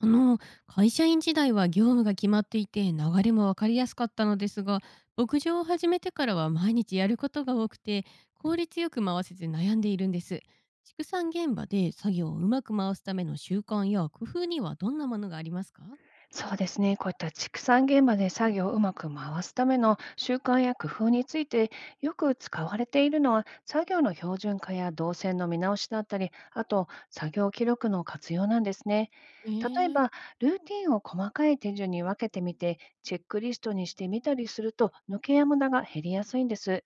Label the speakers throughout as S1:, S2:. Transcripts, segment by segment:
S1: あの、会社員時代は業務が決まっていて流れも分かりやすかったのですが、牧場を始めてからは毎日やることが多くて、効率よく回せず悩んでいるんです。畜産現場で作業をうまく回すための習慣や工夫にはどんなものがありますか？
S2: そうですね。こういった畜産現場で作業をうまく回すための習慣や工夫についてよく使われているのは、作業の標準化や動線の見直しだったり、あと作業記録の活用なんですね。
S1: え
S2: 例え
S1: ー、
S2: ば、ルーティンを細かい手順に分けてみて、チェックリストにしてみたりすると、抜けや無駄が減りやすいんです。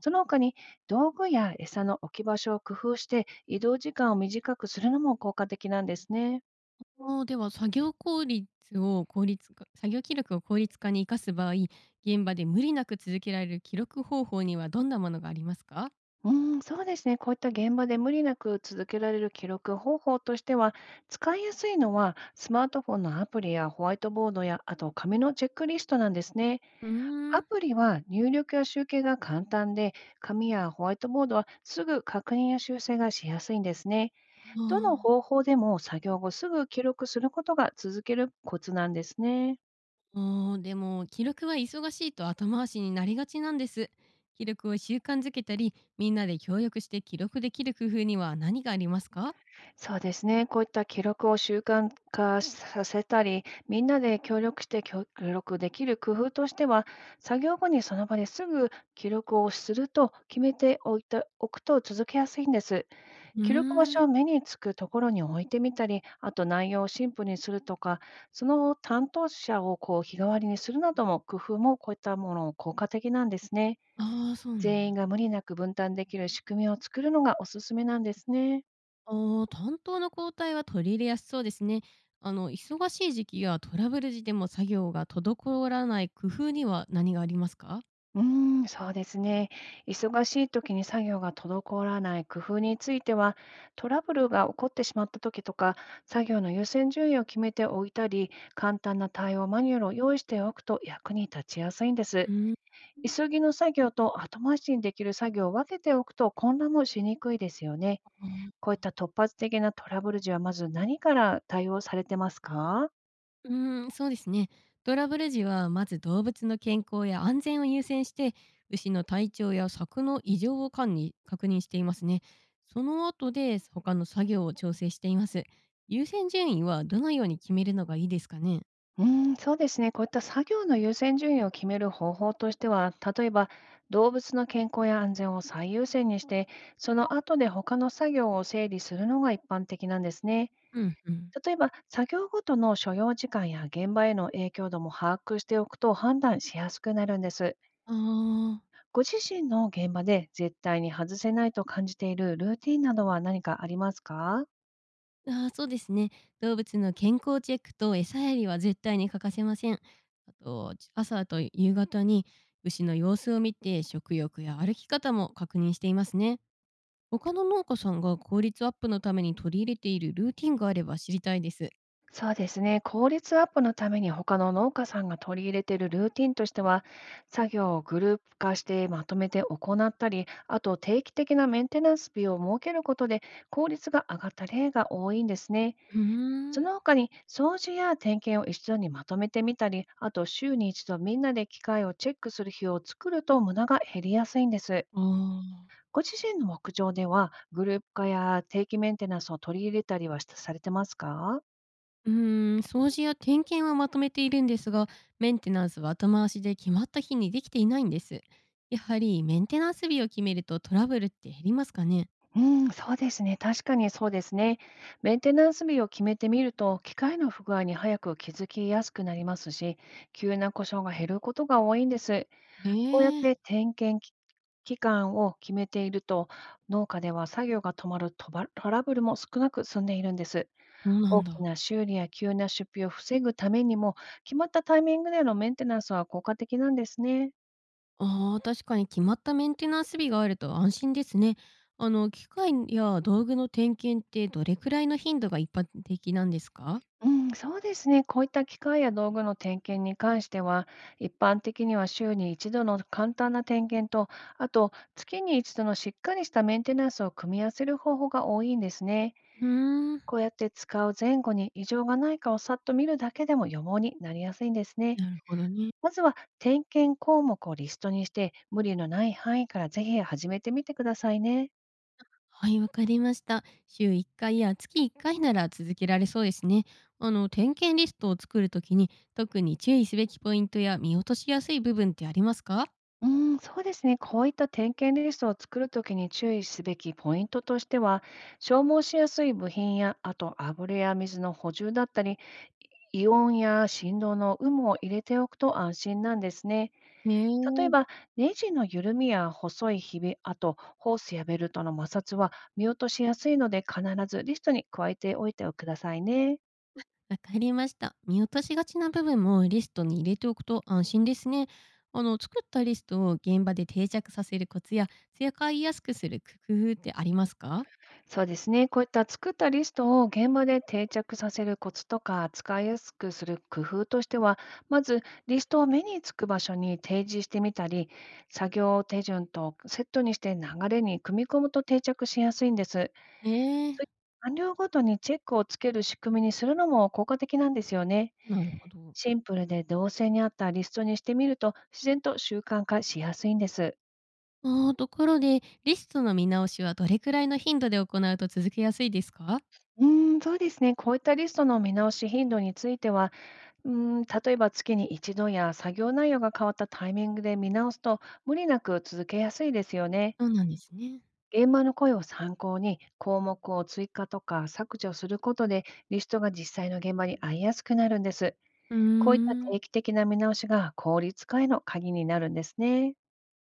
S2: その他に、道具や餌の置き場所を工夫して、移動時間を短くするのも効果的なんですね。
S1: もうでは作業効率を効率化作業記録を効率化に生かす場合現場で無理なく続けられる記録方法にはどんなものがありますか？
S2: うーん、そうですね。こういった現場で無理なく続けられる記録方法としては、使いやすいのはスマートフォンのアプリやホワイトボードや、あと紙のチェックリストなんですね。
S1: うー
S2: ア
S1: ん。
S2: プリは入力や集計が簡単で、紙やホワイトボードはすぐ確認や修正がしやすいんですね。
S1: あ
S2: どの
S1: あー。
S2: 方法でも作業後すぐ記録することが続けるコツなんですね。
S1: でも記録は忙しいと後回しになりがちなんです。記録を習慣づけたりみんなで協力して記録できる工夫には何がありますか？
S2: そうですね。こういった記録を習慣化させたり、みんなで協力して協力できる工夫としては、作業後にその場ですぐ記録をすると決めておいておくと続けやすいんです。
S1: う
S2: 記録場
S1: ーん。
S2: 所を目につくところに置いてみたり、あと内容をシンプルにするとか、その担当者をこう日替わりにするなども工夫もこういったもの効果的なんですね。
S1: ああ、そうなん
S2: 全員
S1: だ。
S2: が無理なく分担できる仕組みを作るのがおすすめなんですね。
S1: おあ、担当の交代は取り入れやすそうですね。忙しい時期やトラブル時でも作業が滞らない工夫には何がありますか？
S2: うーん、そうですね。忙しい時に作業が滞らない工夫については、トラブルが起こってしまった時とか、作業の優先順位を決めておいたり、簡単な対応マニュアルを用意しておくと役に立ちやすいんで
S1: う
S2: す。
S1: ーん。
S2: 急ぎの作業と後回しにできる作業を分けておくと混乱もしにくいですよね。
S1: あー。
S2: こういった突発的なトラブル時は、まず何から対応されてますか？
S1: うーん、そうですね。トラブル時はまず動物の健康や安全を優先して牛の体調や柵の異常を管理確認していますね。その後で他の作業を調整しています。優先順位はどのように決めるのがいいですかね？
S2: うん、そうですね。こういった作業の優先順位を決める方法としては、例えば動物の健康や安全を最優先にして、その後で他の作業を整理するのが一般的なんですね。
S1: うんうん。
S2: 例えば、作業ごとの所要時間や現場への影響度も把握しておくと判断しやすくなるんです。
S1: あー。
S2: ご自身の現場で絶対に外せないと感じているルーティンなどは何かありますか？
S1: あー、そうですね。動物の健康チェックと餌やりは絶対に欠かせません。あと、朝と夕方に牛の様子を見て食欲や歩き方も確認していますね。他の農家さんが効率アップのために取り入れているルーティンがあれば知りたいです。
S2: そうですね。効率アップのために他の農家さんが取り入れているルーティンとしては、作業をグループ化してまとめて行ったり、あと定期的なメンテナンス日を設けることで効率が上がった例が多いんですね。
S1: うー
S2: そ
S1: ん。
S2: の他に掃除や点検を一緒にまとめてみたり、あと週に一度みんなで機械をチェックする日を作ると無駄が減りやすいんです。
S1: ああ。
S2: ご自身の牧場ではグループ化や定期メンテナンスを取り入れたりはされてますか？
S1: うーん、掃除や点検はまとめているんですが、メンテナンスは後回しで決まった日にできていないんです。やはりメンテナンス日を決めるとトラブルって減りますかね？
S2: うん、そうですね。確かにそうですね。メンテナンス日を決めてみると、機械の不具合に早く気づきやすくなりますし、急な故障が減ることが多いんです。
S1: へ
S2: こうやっ
S1: え、
S2: て点検き期間を決めていると、農家では作業が止まるトラブルも少なく済んでいるんです。
S1: そうなん
S2: 大き
S1: だ。
S2: な修理や急な出費を防ぐためにも、決まったタイミングでのメンテナンスは効果的なんですね。
S1: ああ、確かに決まったメンテナンス日があると安心ですね。機械や道具の点検ってどれくらいの頻度が一般的なんですか？
S2: うん、そうですね。こういった機械や道具の点検に関しては、一般的には週に一度の簡単な点検と、あと月に一度のしっかりしたメンテナンスを組み合わせる方法が多いんですね。
S1: うーん。
S2: こうやって使う前後に異常がないかをさっと見るだけでも予防になりやすいんですね。
S1: なるほどね。
S2: まずは点検項目をリストにして、無理のない範囲からぜひ始めてみてくださいね。
S1: はい、わかりました。週1回や月1回なら続けられそうですね。点検リストを作るときに、特に注意すべきポイントや見落としやすい部分ってありますか？
S2: うーん、そうですね。こういった点検リストを作るときに注意すべきポイントとしては、消耗しやすい部品や、あと油や水の補充だったり、異音や振動の有無を入れておくと安心なんですね。
S1: へ
S2: 例え
S1: え。
S2: ば、ネジの緩みや細いひび、あとホースやベルトの摩擦は見落としやすいので、必ずリストに加えておいてくださいね。
S1: わかりました。見落としがちな部分もリストに入れておくと安心ですね。作ったリストを現場で定着させるコツや、使いやすくする工夫ってありますか？
S2: そうですね。こういった作ったリストを現場で定着させるコツとか、使いやすくする工夫としては、まずリストを目につく場所に提示してみたり、作業手順とセットにして流れに組み込むと定着しやすいんです。そういった
S1: ええ。
S2: 完了ごとにチェックをつける仕組みにするのも効果的なんですよね。
S1: なるほど。
S2: シンプルで動線に合ったリストにしてみると、自然と習慣化しやすいんです。
S1: ところで、リストの見直しはどれくらいの頻度で行うと続けやすいですか？
S2: うーん、そうですね。こういったリストの見直し頻度については、うー例えば月に一度や作業内容が変わったタイミングで見直すと無理なく続けやすいですよね。
S1: そうなんですね。
S2: 現場の声を参考に項目を追加とか削除することでリストが実際の現場に合いやすくなるんです。
S1: うー
S2: こういった
S1: ん。
S2: 定期的な見直しが効率化への鍵になるんですね。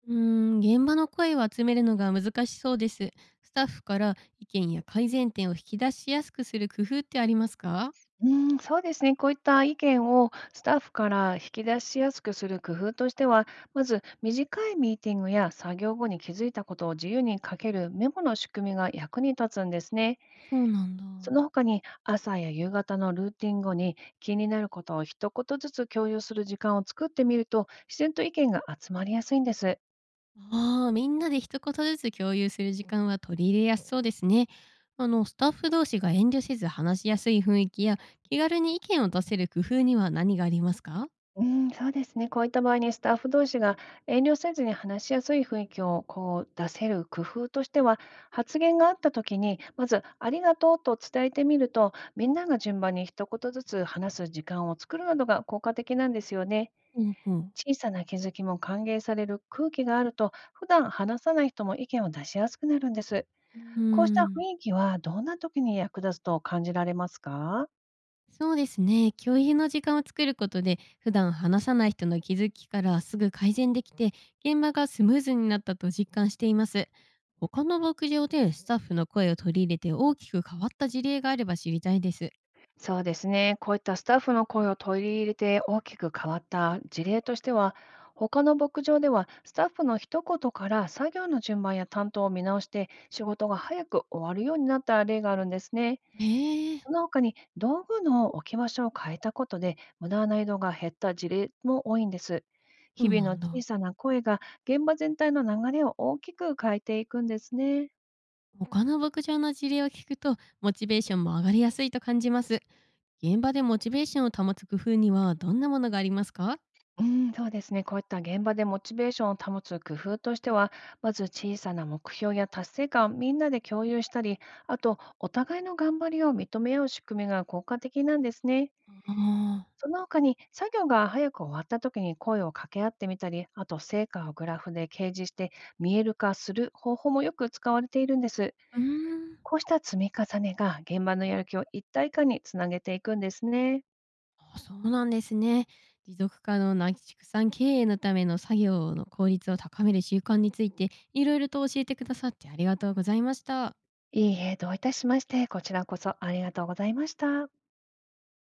S1: うーん、現場の声を集めるのが難しそうです。スタッフから意見や改善点を引き出しやすくする工夫ってありますか？
S2: うん、そうですね。こういった意見をスタッフから引き出しやすくする工夫としては、まず短いミーティングや作業後に気づいたことを自由に書けるメモの仕組みが役に立つんですね。
S1: そうなんだ。
S2: その他に朝や夕方のルーティン後に気になることを一言ずつ共有する時間を作ってみると、自然と意見が集まりやすいんです。
S1: ああ、みんなで一言ずつ共有する時間は取り入れやすそうですね。スタッフ同士が遠慮せず話しやすい雰囲気や気軽に意見を出せる工夫には何がありますか？
S2: うん、そうですね。こういった場合にスタッフ同士が遠慮せずに話しやすい雰囲気をこう出せる工夫としては、発言があった時に、まずありがとうと伝えてみると、みんなが順番に一言ずつ話す時間を作るなどが効果的なんですよね。
S1: ほうほう。
S2: 小さな気づきも歓迎される空気があると、普段話さない人も意見を出しやすくなるんです。
S1: うう
S2: こうし
S1: ー
S2: た雰
S1: ん。
S2: 囲気はどんな時に役立つと感じられますか？
S1: そうですね。共有の時間を作ることで、普段話さない人の気づきからすぐ改善できて、現場がスムーズになったと実感しています。他の牧場でスタッフの声を取り入れて大きく変わった事例があれば知りたいです。
S2: そうですね。こういったスタッフの声を取り入れて大きく変わった事例としては、他の牧場ではスタッフの一言から作業の順番や担当を見直して仕事が早く終わるようになった例があるんですね。
S1: へえ、
S2: その他に道具の置き場所を変えたことで無駄な移動が減った事例も多いんです。
S1: そ
S2: 日
S1: う
S2: 々
S1: な
S2: の
S1: ん
S2: 小
S1: だ。
S2: さな声が現場全体の流れを大きく変えていくんですね。
S1: 他の牧場の事例を聞くと、モチベーションも上がりやすいと感じます。現場でモチベーションを保つ工夫にはどんなものがありますか？
S2: うん、そうですね。こういった現場でモチベーションを保つ工夫としては、まず小さな目標や達成感をみんなで共有したり、あとお互いの頑張りを認め合う仕組みが効果的なんですね。
S1: あ
S2: その他に作業が早く終わった時に声を掛け合ってみたり、あと成果をグラフで掲示して見える化する方法もよく使われているんです。
S1: あー、うーん。
S2: こうした積み重ねが現場のやる気を一体化につなげていくんですね。
S1: あ、そうなんですね。持続可能な畜産経営のための作業の効率を高める習慣について、いろいろと教えてくださってありがとうございました。
S2: いいえ、どういたしまして、こちらこそありがとうございました。